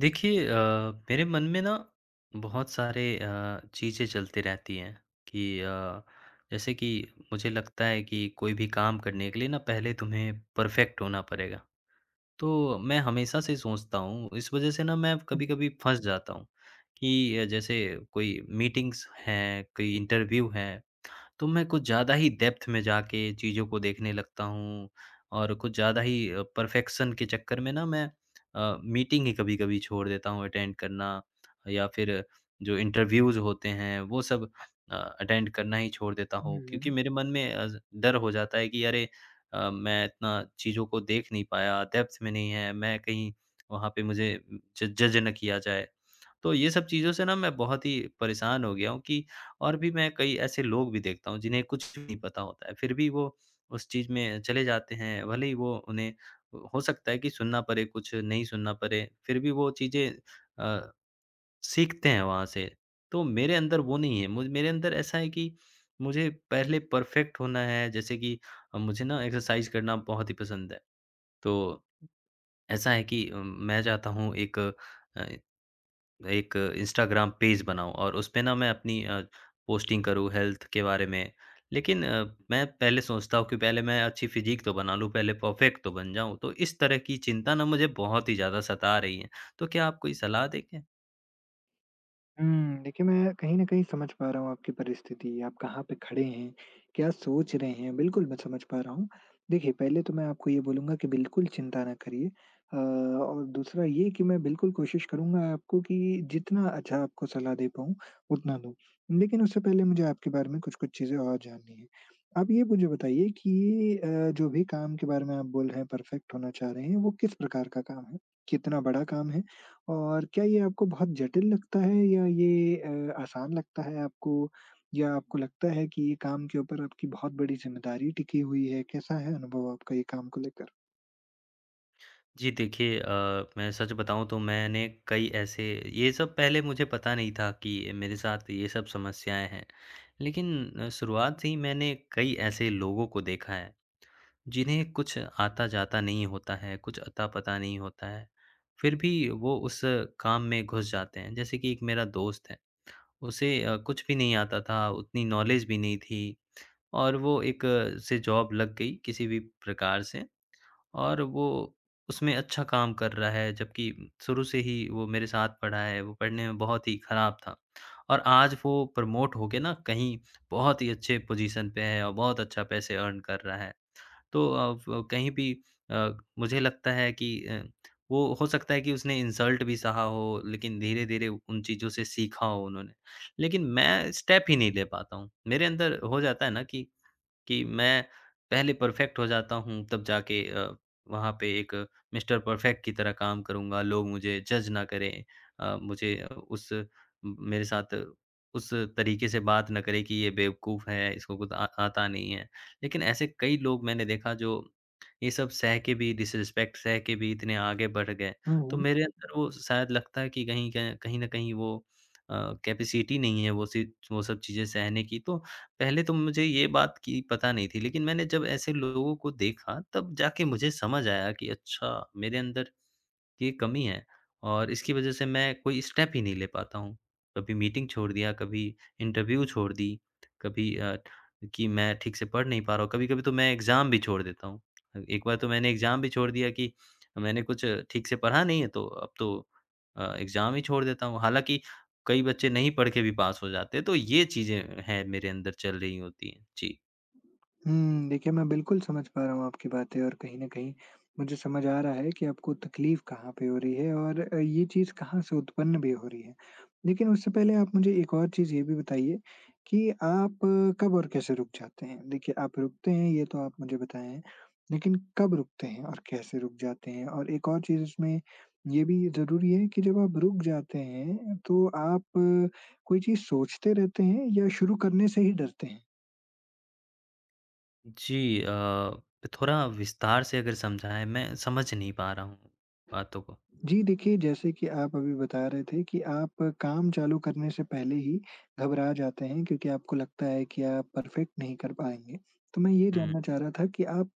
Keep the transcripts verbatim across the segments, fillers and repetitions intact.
देखिए अ, मेरे मन में ना बहुत सारे अ, चीज़ें चलती रहती हैं कि अ, जैसे कि मुझे लगता है कि कोई भी काम करने के लिए ना पहले तुम्हें परफेक्ट होना पड़ेगा। तो मैं हमेशा से सोचता हूँ, इस वज़ह से ना मैं कभी-कभी फँस जाता हूँ कि अ, जैसे कोई मीटिंग्स हैं, कोई इंटरव्यू है तो मैं कुछ ज़्यादा ही डेप्थ में जाके चीज़ों को देखने लगता हूँ और कुछ ज़्यादा ही अ, परफ़ेक्शन के चक्कर में ना मैं अ, मीटिंग ही कभी-कभी छोड़ देता हूँ अटेंड करना या फिर जो इंटरव्यूज़ होते हैं वो सब अ, अटेंड करना ही छोड़ देता हूँ। हुँ, क्योंकि मेरे मन में अ, डर हो जाता है कि अरे अ, मैं इतना चीज़ों को देख नहीं पाया, डेप्थ में नहीं है, मैं कहीं वहाँ पे मुझे ज जज ना किया जाए। तो ये सब चीज़ों से ना मैं बहुत ही परेशान हो गया हूँ कि और भी मैं कई ऐसे लोग भी देखता हूँ जिन्हें कुछ भी नहीं पता होता है, फिर भी वो उस चीज़ में चले जाते हैं, भले ही वो उन्हें हो सकता है कि सुनना पड़े कुछ, नहीं सुनना पड़े, फिर भी वो चीज़ें अ, सीखते हैं वहाँ से। तो मेरे अंदर वो नहीं है, मुझ मेरे अंदर ऐसा है कि मुझे पहले परफ़ेक्ट होना है, जैसे कि अ, मुझे ना एक्सरसाइज़ करना बहुत ही पसंद है, तो ऐसा है कि अ, मैं चाहता हूँ एक अ, एक इंस्टाग्राम पेज बनाऊँ और उसपे ना मैं अपनी अ, पोस्टिंग करूँ हेल्थ के बारे में। लेकिन अ, मैं पहले सोचता हूँ कि पहले मैं अच्छी फ़िज़ीक तो बना लूँ, पहले परफ़ेक्ट तो बन जाऊँ। तो इस तरह की चिंता ना मुझे बहुत ही ज़्यादा सता रही है। तो क्या आप कोई सलाह देंगे? हुँ। देखिए, मैं कहीं न कहीं समझ पा रहा हूँ आपकी परिस्थिति, आप कहाँ पे खड़े हैं, क्या सोच रहे हैं। बिल्कुल मैं समझ पा रहा हूँ। देखिए, पहले तो मैं आपको ये बोलूँगा कि बिल्कुल चिंता ना करिए। अ, और दूसरा ये कि मैं बिल्कुल कोशिश करूँगा आपको कि जितना अच्छा आपको सलाह दे पाऊँ, उतना दूँ। लेकिन उससे पहले मुझे आपके बारे में कुछ-कुछ चीज़ें और जाननी हैं। आप ये मुझे बताइए कि अ, जो भी काम के बारे में आप बोल रहे हैं, परफेक्ट होना चाह रहे हैं, वो किस प्रकार का काम है? कितना बड़ा काम है? और क्या ये आपको बहुत जटिल लगता है या ये अ, आसान लगता है आपको? या आपको लगता है कि ये काम के ऊपर आपकी बहुत बड़ी ज़िम्मेदारी टिकी हुई है? कैसा है अनुभव आपका ये काम को लेकर? जी देखिए अ, मैं सच बताऊँ तो मैंने कई ऐसे ये सब पहले मुझे पता नहीं था कि मेरे साथ ये सब समस्याएँ हैं। लेकिन अ, शुरुआत से ही मैंने कई ऐसे लोगों को देखा है। जिन्हें कुछ आता-जाता नहीं होता है, कुछ अता-पता नहीं होता है, फिर भी वो उस काम में घुस जाते हैं। जैसे कि एक मेरा दोस्त है, उसे अ, कुछ भी नहीं आता था, उतनी नॉलेज भी नहीं थी और वो एक अ, से जॉब लग गई किसी भी प्रकार से और वो उसमें अच्छा काम कर रहा है, जबकि शुरू से ही वो मेरे साथ पढ़ा है, वो पढ़ने में बहुत ही खराब था और आज वो प्रमोट होके ना कहीं बहुत ही अच्छे पोज़ीशन पे है और बहुत अच्छा पैसे अर्न कर रहा है। तो अ, फ कहीं भी अ, मुझे लगता है कि अ, वो हो सकता है कि उसने इंसल्ट भी सहा हो, लेकिन धीरे-धीरे उन चीज़ों से सीखा हो उन्होंने। लेकिन मैं स्टेप ही नहीं ले पाता हूँ। मेरे अंदर हो जाता है ना कि कि मैं पहले परफेक्ट हो जाता हूँ तब जाके अ, वहाँ पे एक मिस्टर परफेक्ट की तरह काम करूँगा, लोग मुझे जज ना करें। अ, मुझे अ, उस मेरे साथ उस तरीके से बात ना करें कि ये बेवकूफ़ है, इसको कुछ आ आता नहीं है। लेकिन ऐसे कई लोग मैंने देखा जो ये सब सह के भी डिसरिस्पेक्ट सह के भी इतने आगे बढ़ गए। हुँ, तो हुँ। मेरे अंदर वो शायद लगता है कि कहीं क कहीं न कहीं वो अ, कैपेसिटी नहीं है वो सी वो सब चीज़ें सहने की तो पहले तो मुझे ये बात की पता नहीं थी, लेकिन मैंने जब ऐसे लोगों को देखा, तब जाके मुझे समझ आया कि अच्छा, मेरे अंदर की कमी है और इसकी वजह से मैं कोई स्टेप ही नहीं ले पाता हूँ। कभी मीटिंग छोड़ दिया, कभी इंटरव्यू छोड़ दी, कभी अ, कि मैं ठीक से पढ़ नहीं पा रहा हूँ, कभी-कभी तो मैं एग्ज़ाम भी छोड़ देता हूँ। एक बार तो मैंने एग्ज़ाम भी छोड़ दिया कि मैंने कुछ ठीक से पढ़ा नहीं है तो अब तो अ, एग्ज़ाम ही छोड़ देता हूँ। हालाँकि कई बच्चे नहीं पढ़ के भी पास हो जाते हैं, तो ये चीज़ें हैं मेरे अंदर चल रही होती हैं। जी। हुँ, देखिए, मैं बिल्कुल समझ पा रहा हूँ आपकी बातें, और कहीं न कहीं मुझे समझ आ रहा है कि आपको तकलीफ़ कहाँ पे हो रही है और अ, ये चीज़ कहाँ से उत्पन्न भी हो रही है। लेकिन उससे पहले आप मुझे एक और चीज़ ये भी बताइए कि आप अ, कब और कैसे रुक जाते हैं? देखिए, आप रुकते हैं ये तो आप मुझे बताएँ हैं, लेकिन कब रुकते हैं और कैसे रुक जाते हैं? और एक और चीज़ इसमें ये भी ज़रूरी है कि जब आप रुक जाते हैं तो आप अ, कोई चीज़ सोचते रहते हैं या शुरू करने से ही डरते हैं? जी अ, थोड़ा विस्तार से अगर समझाएँ, मैं समझ नहीं पा रहा हूँ बातों को। जी, देखिए, जैसे कि आप अभी बता रहे थे कि आप काम चालू करने से पहले ही घबरा जाते हैं, क्योंकि आपको लगता है कि आप परफेक्ट नहीं कर पाएँगे। तो मैं ये हुँ। जानना चाह रहा था कि आप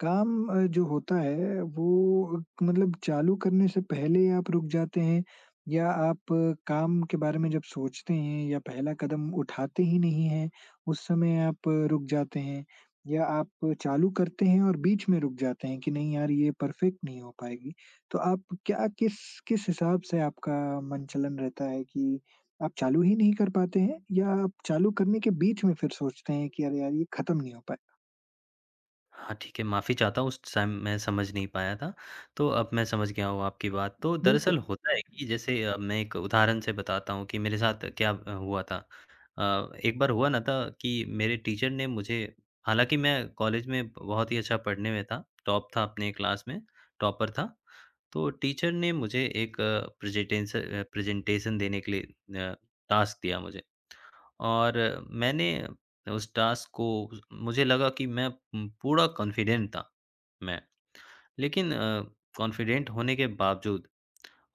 काम अ, जो होता है वो मतलब चालू करने से पहले आप रुक जाते हैं, या आप काम के बारे में जब सोचते हैं या पहला कदम उठाते ही नहीं हैं, उस समय आप रुक जाते हैं? या आप चालू करते हैं और बीच में रुक जाते हैं कि नहीं यार, ये परफेक्ट नहीं हो पाएगी? तो आप क्या किस किस हिसाब से आपका मन-चलन रहता है कि आप चालू ही नहीं कर पाते हैं, या आप चालू करने के बीच में फिर सोचते हैं कि अरे यार, ये खत्म नहीं हो पाएगा? हाँ, ठीक है, माफ़ी चाहता हूँ उस टाइम मैं समझ नहीं पाया था, तो अब मैं समझ गया हूँ आपकी बात। तो बिल्कुल। दरअसल होता है कि जैसे अ, मैं एक उदाहरण से बताता हूँ कि मेरे साथ क्या अ, हुआ था। अ, एक बार हुआ ना था कि मेरे टीचर ने मुझे हालाँकि मैं कॉलेज में बहुत ही अच्छा पढ़ने में था, टॉप था अपने क्लास में, टॉपर था। तो टीचर ने मुझे एक प्रेजेंटेंस अ, प्रेजेंटेशन देने के लिए अ, टास्क दिया मुझे। और मैंने उस टास्क को मुझे लगा कि मैं उम, पूरा कॉन्फिडेंट था मैं। लेकिन अ, कॉन्फिडेंट होने के बावजूद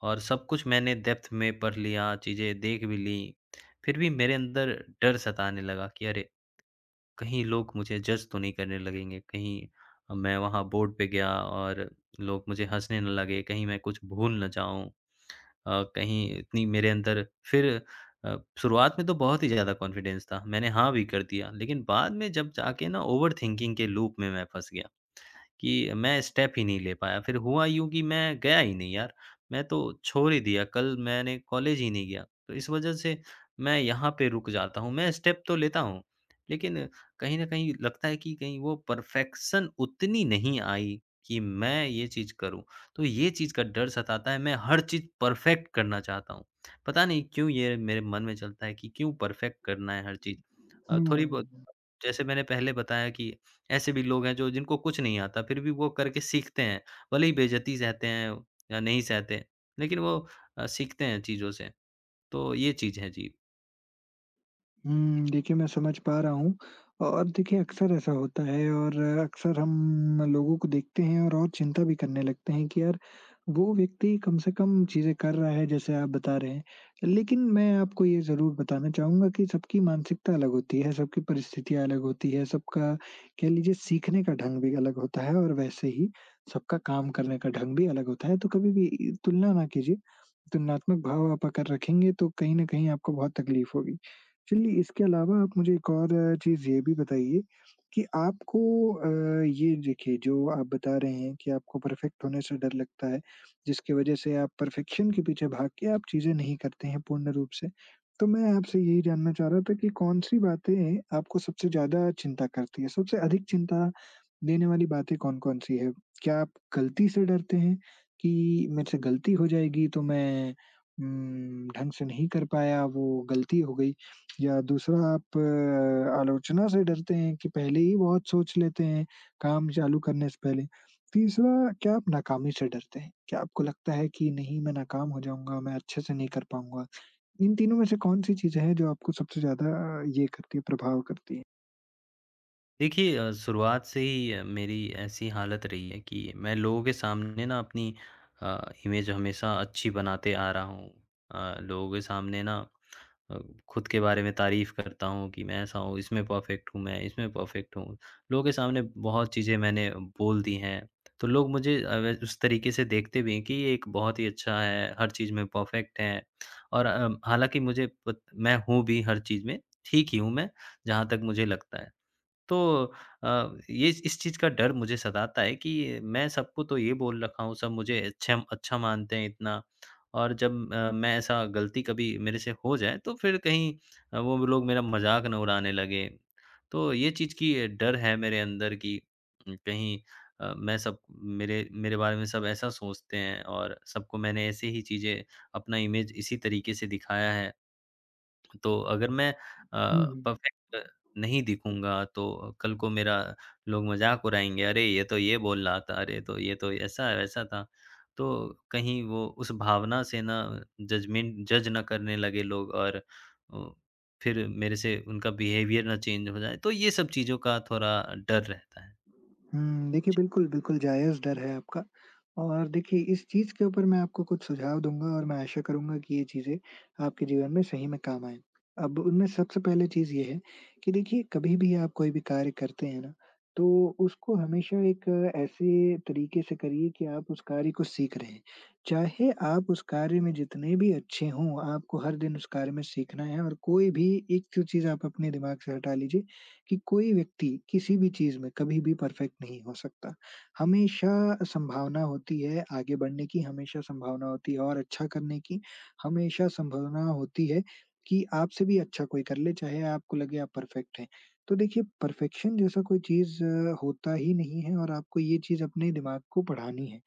और सब कुछ मैंने डेप्थ में पढ़ लिया, चीज़ें देख भी लीं, फिर भी मेरे अंदर डर सताने लगा कि अरे! कहीं लोग मुझे जज तो नहीं करने लगेंगे, कहीं मैं वहाँ बोर्ड पे गया और लोग मुझे हँसने ना लगे, कहीं मैं कुछ भूल ना जाऊँ। अ, कहीं इतनी मेरे अंदर फिर अ, शुरुआत में तो बहुत ही ज़्यादा कॉन्फिडेंस था, मैंने हाँ भी कर दिया, लेकिन बाद में जब जाके ना ओवरथिंकिंग के लूप में मैं फँस गया। कि मैं स्टेप ही नहीं ले पाया। फिर हुआ यूँ कि मैं गया ही नहीं यार, मैं तो छोड़ ही दिया, कल मैंने कॉलेज ही नहीं गया। तो इस वज़ह से मैं यहाँ पे रुक जाता हूँ, मैं स्टेप तो लेता हूँ, लेकिन कहीं न कहीं लगता है कि कहीं वो परफ़ेक्शन उतनी नहीं आई कि मैं ये चीज़ करूँ। तो ये चीज़ का डर सताता है, मैं हर चीज़ परफ़ेक्ट करना चाहता हूँ। पता नहीं क्यों ये मेरे मन में चलता है कि क्यों परफ़ेक्ट करना है हर चीज़। अ, हुँ। थोड़ी बहुत जैसे मैंने पहले बताया कि ऐसे भी लोग हैं जो जिनको कुछ नहीं आता, फिर भी वो करके सीखते हैं। भले ही बेइज़्ज़ती सहते हैं या नहीं सहते, लेकिन वो अ, सीखते हैं चीज़ों से। तो ये चीज़ है जी। हुँ, देखिए, मैं समझ पा रहा हूँ। और देखिए, अक्सर ऐसा होता है, और अक्सर हम लोगों को देखते हैं और और चिंता भी करने लगते हैं कि यार, वो व्यक्ति कम से कम चीज़ें कर रहा है, जैसे आप बता रहे हैं। लेकिन मैं आपको ये ज़रूर बताना चाहूँगा कि सबकी मानसिकता अलग होती है, सबकी परिस्थितियाँ अलग होती है, सबका कह लीजिए सीखने का ढंग भी अलग होता है, और वैसे ही सबका काम करने का ढंग भी अलग होता है। तो कभी भी तुलना ना कीजिए, तुलनात्मक भाव आप अगर रखेंगे तो कहीं न कहीं आपको बहुत तकलीफ़ होगी। चलिए, इसके अलावा आप मुझे एक और अ, चीज़ ये भी बताइए कि आपको अ, ये देखिए, जो आप बता रहे हैं कि आपको परफेक्ट होने से डर लगता है, जिसकी वज़ह से आप परफेक्शन के पीछे भाग के आप चीज़ें नहीं करते हैं पूर्ण रूप से। तो मैं आपसे यही जानना चाह रहा था कि कौन-सी बातें आपको सबसे ज़्यादा चिंता करती हैं? सबसे अधिक चिंता देने वाली बातें कौन-कौन सी हैं? क्या आप गलती से डरते हैं कि मेरे से गलती हो जाएगी तो मैं उम, ढंग से नहीं कर पाया, वो गलती हो गई? या दूसरा, आप अ, आलोचना से डरते हैं कि पहले ही बहुत सोच लेते हैं काम चालू करने से पहले? तीसरा, क्या आप नाकामी से डरते हैं? क्या आपको लगता है कि नहीं, मैं नाकाम हो जाऊँगा, मैं अच्छे से नहीं कर पाऊँगा? इन तीनों में से कौन-सी चीज़ें हैं जो आपको सबसे ज़्यादा ये करती है, प्रभाव करती है? देखिए अ, शुरुआत से ही अ, मेरी ऐसी हालत रही है कि मैं लोगों के सामने ना अपनी अ, इमेज हमेशा अच्छी बनाते आ रहा हूँ। अ, लोगों के सामने ना अ, खुद के बारे में तारीफ़ करता हूँ कि मैं ऐसा हूँ, इसमें परफ़ेक्ट हूँ मैं, इसमें परफ़ेक्ट हूँ। लोगों के सामने बहुत चीज़ें मैंने बोल दी हैं, तो लोग मुझे अ, व उस तरीके से देखते भी हैं कि ये एक बहुत ही अच्छा है, हर चीज़ में परफ़ेक्ट है और अ, हालाँकि मुझे पत मैं हूँ भी हर चीज़ में, ठीक ही हूँ मैं, जहाँ तक मुझे लगता है। तो अ, ये इस चीज़ का डर मुझे सताता है कि मैं सबको तो ये बोल रखा हूँ, सब मुझे अच्छा अच्छा मानते हैं इतना और जब अ, मैं ऐसा गलती कभी मेरे से हो जाए तो फिर कहीं अ, वो लोग मेरा मज़ाक ना उड़ाने लगे। तो ये चीज़ की अ, डर है मेरे अंदर कि उम, कहीं अ, मैं सब मेरे मेरे बारे में सब ऐसा सोचते हैं और सबको मैंने ऐसे ही चीज़ें अपना इमेज इसी तरीके से दिखाया है। तो अगर मैं अ, हुँ, हुँ। परफ़ेक्ट नहीं दिखूँगा तो कल को मेरा लोग मज़ाक उड़ाएँगे, "अरे! ये तो ये बोल रहा था, अरे! तो ये तो ऐसा-वैसा था।" तो कहीं वो उस भावना से ना जजमेंट जज ना करने लगे लोग और अ, फिर मेरे से उनका बिहेवियर ना चेंज हो जाए, तो ये सब चीज़ों का थोड़ा डर रहता है। हुँ, देखिए, बिल्कुल, बिल्कुल जायज़ डर है आपका। और देखिए, इस चीज़ के ऊपर मैं आपको कुछ सुझाव दूँगा, और मैं आशा करूँगा कि ये चीज़ें आपके जीवन में सही में काम आएँ। अब उनमें सबसे पहले चीज़ ये है कि देखिए, कभी भी आप कोई भी कार्य करते हैं ना, तो उसको हमेशा एक ऐसे तरीके से करिए कि आप उस कार्य को सीख रहे हैं। चाहे आप उस कार्य में जितने भी अच्छे हों, आपको हर दिन उस कार्य में सीखना है, और कोई भी एक जो चीज़ आप अपने दिमाग से हटा लीजिए, कि कोई व्यक्ति किसी भी चीज़ में कभी भी परफेक्ट नहीं हो सकता। हमेशा संभावना होती है आगे बढ़ने की, हमेशा संभावना होती है और अच्छा करने की, हमेशा संभावना होती है कि आपसे भी अच्छा कोई कर ले, चाहे आपको लगे आप परफेक्ट हैं। तो देखिए, परफेक्शन जैसा कोई चीज़ होता ही नहीं है, और आपको ये चीज़ अपने दिमाग को पढ़ानी है।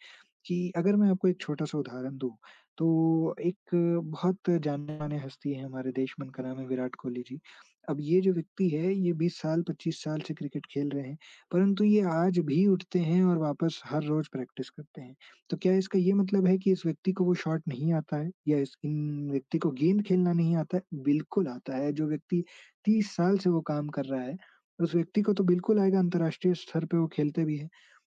कि अगर मैं आपको एक छोटा-सा उदाहरण दूँ, तो एक बहुत जाने-माने हस्ती है हमारे देश में, उनका नाम है विराट कोहली जी। अब ये जो व्यक्ति है, ये बीस साल, पच्चीस साल से क्रिकेट खेल रहे हैं, परंतु ये आज भी उठते हैं और वापस हर रोज़ प्रैक्टिस करते हैं। तो क्या इसका ये मतलब है कि इस व्यक्ति को वो शॉट नहीं आता है, या इस इन व्यक्ति को गेंद खेलना नहीं आता है? बिल्कुल आता है। जो व्यक्ति तीस साल से वो काम कर रहा है, उस व्यक्ति को तो बिल्कुल आएगा, अंतर्राष्ट्रीय स्तर पे वो खेलते भी हैं।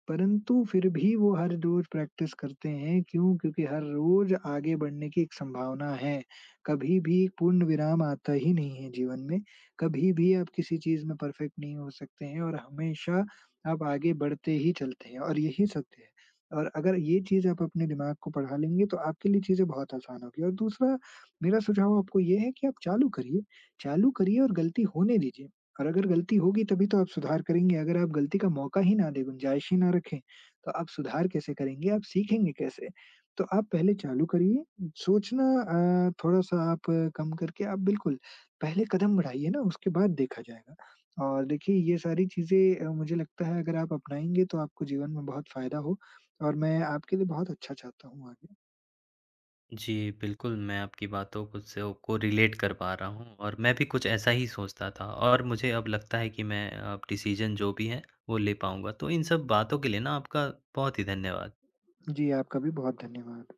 परंतु फिर भी वो हर रोज प्रैक्टिस करते हैं, क्यों? क्योंकि हर रोज आगे बढ़ने की एक संभावना है। कभी भी पूर्णविराम आता ही नहीं है जीवन में, कभी भी आप किसी चीज़ में परफेक्ट नहीं हो सकते हैं, और हमेशा आप आगे बढ़ते ही चलते हैं, और यही सत्य है। और अगर ये चीज़ आप अपने दिमाग को पढ़ा लेंगे, तो आपके लिए चीज़ें बहुत आसान होगी। और दूसरा मेरा सुझाव आपको ये है कि आप चालू करिए, चालू करिए और गलती होने दीजिए। और अगर गलती होगी, तभी तो आप सुधार करेंगे। अगर आप गलती का मौका ही ना दें, गुंजाइश ही ना रखें, तो आप सुधार कैसे करेंगे? आप सीखेंगे कैसे? तो आप पहले चालू करिए, सोचना अ, थोड़ा-सा आप अ, कम करके आप बिल्कुल पहले कदम बढ़ाइए ना, उसके बाद देखा जाएगा। और देखिए, ये सारी चीज़ें अ, मुझे लगता है अगर आप अपनाएँगे तो आपको जीवन में बहुत फ़ायदा हो, और मैं आपके लिए बहुत अच्छा चाहता हूँ आगे। जी, बिल्कुल, मैं आपकी बातों को सो को रिलेट कर पा रहा हूँ और मैं भी कुछ ऐसा ही सोचता था और मुझे अब लगता है कि मैं अब डिसीज़न जो भी है, वो ले पाऊँगा। तो इन सब बातों के लिए ना आपका बहुत ही धन्यवाद। जी, आपका भी बहुत धन्यवाद।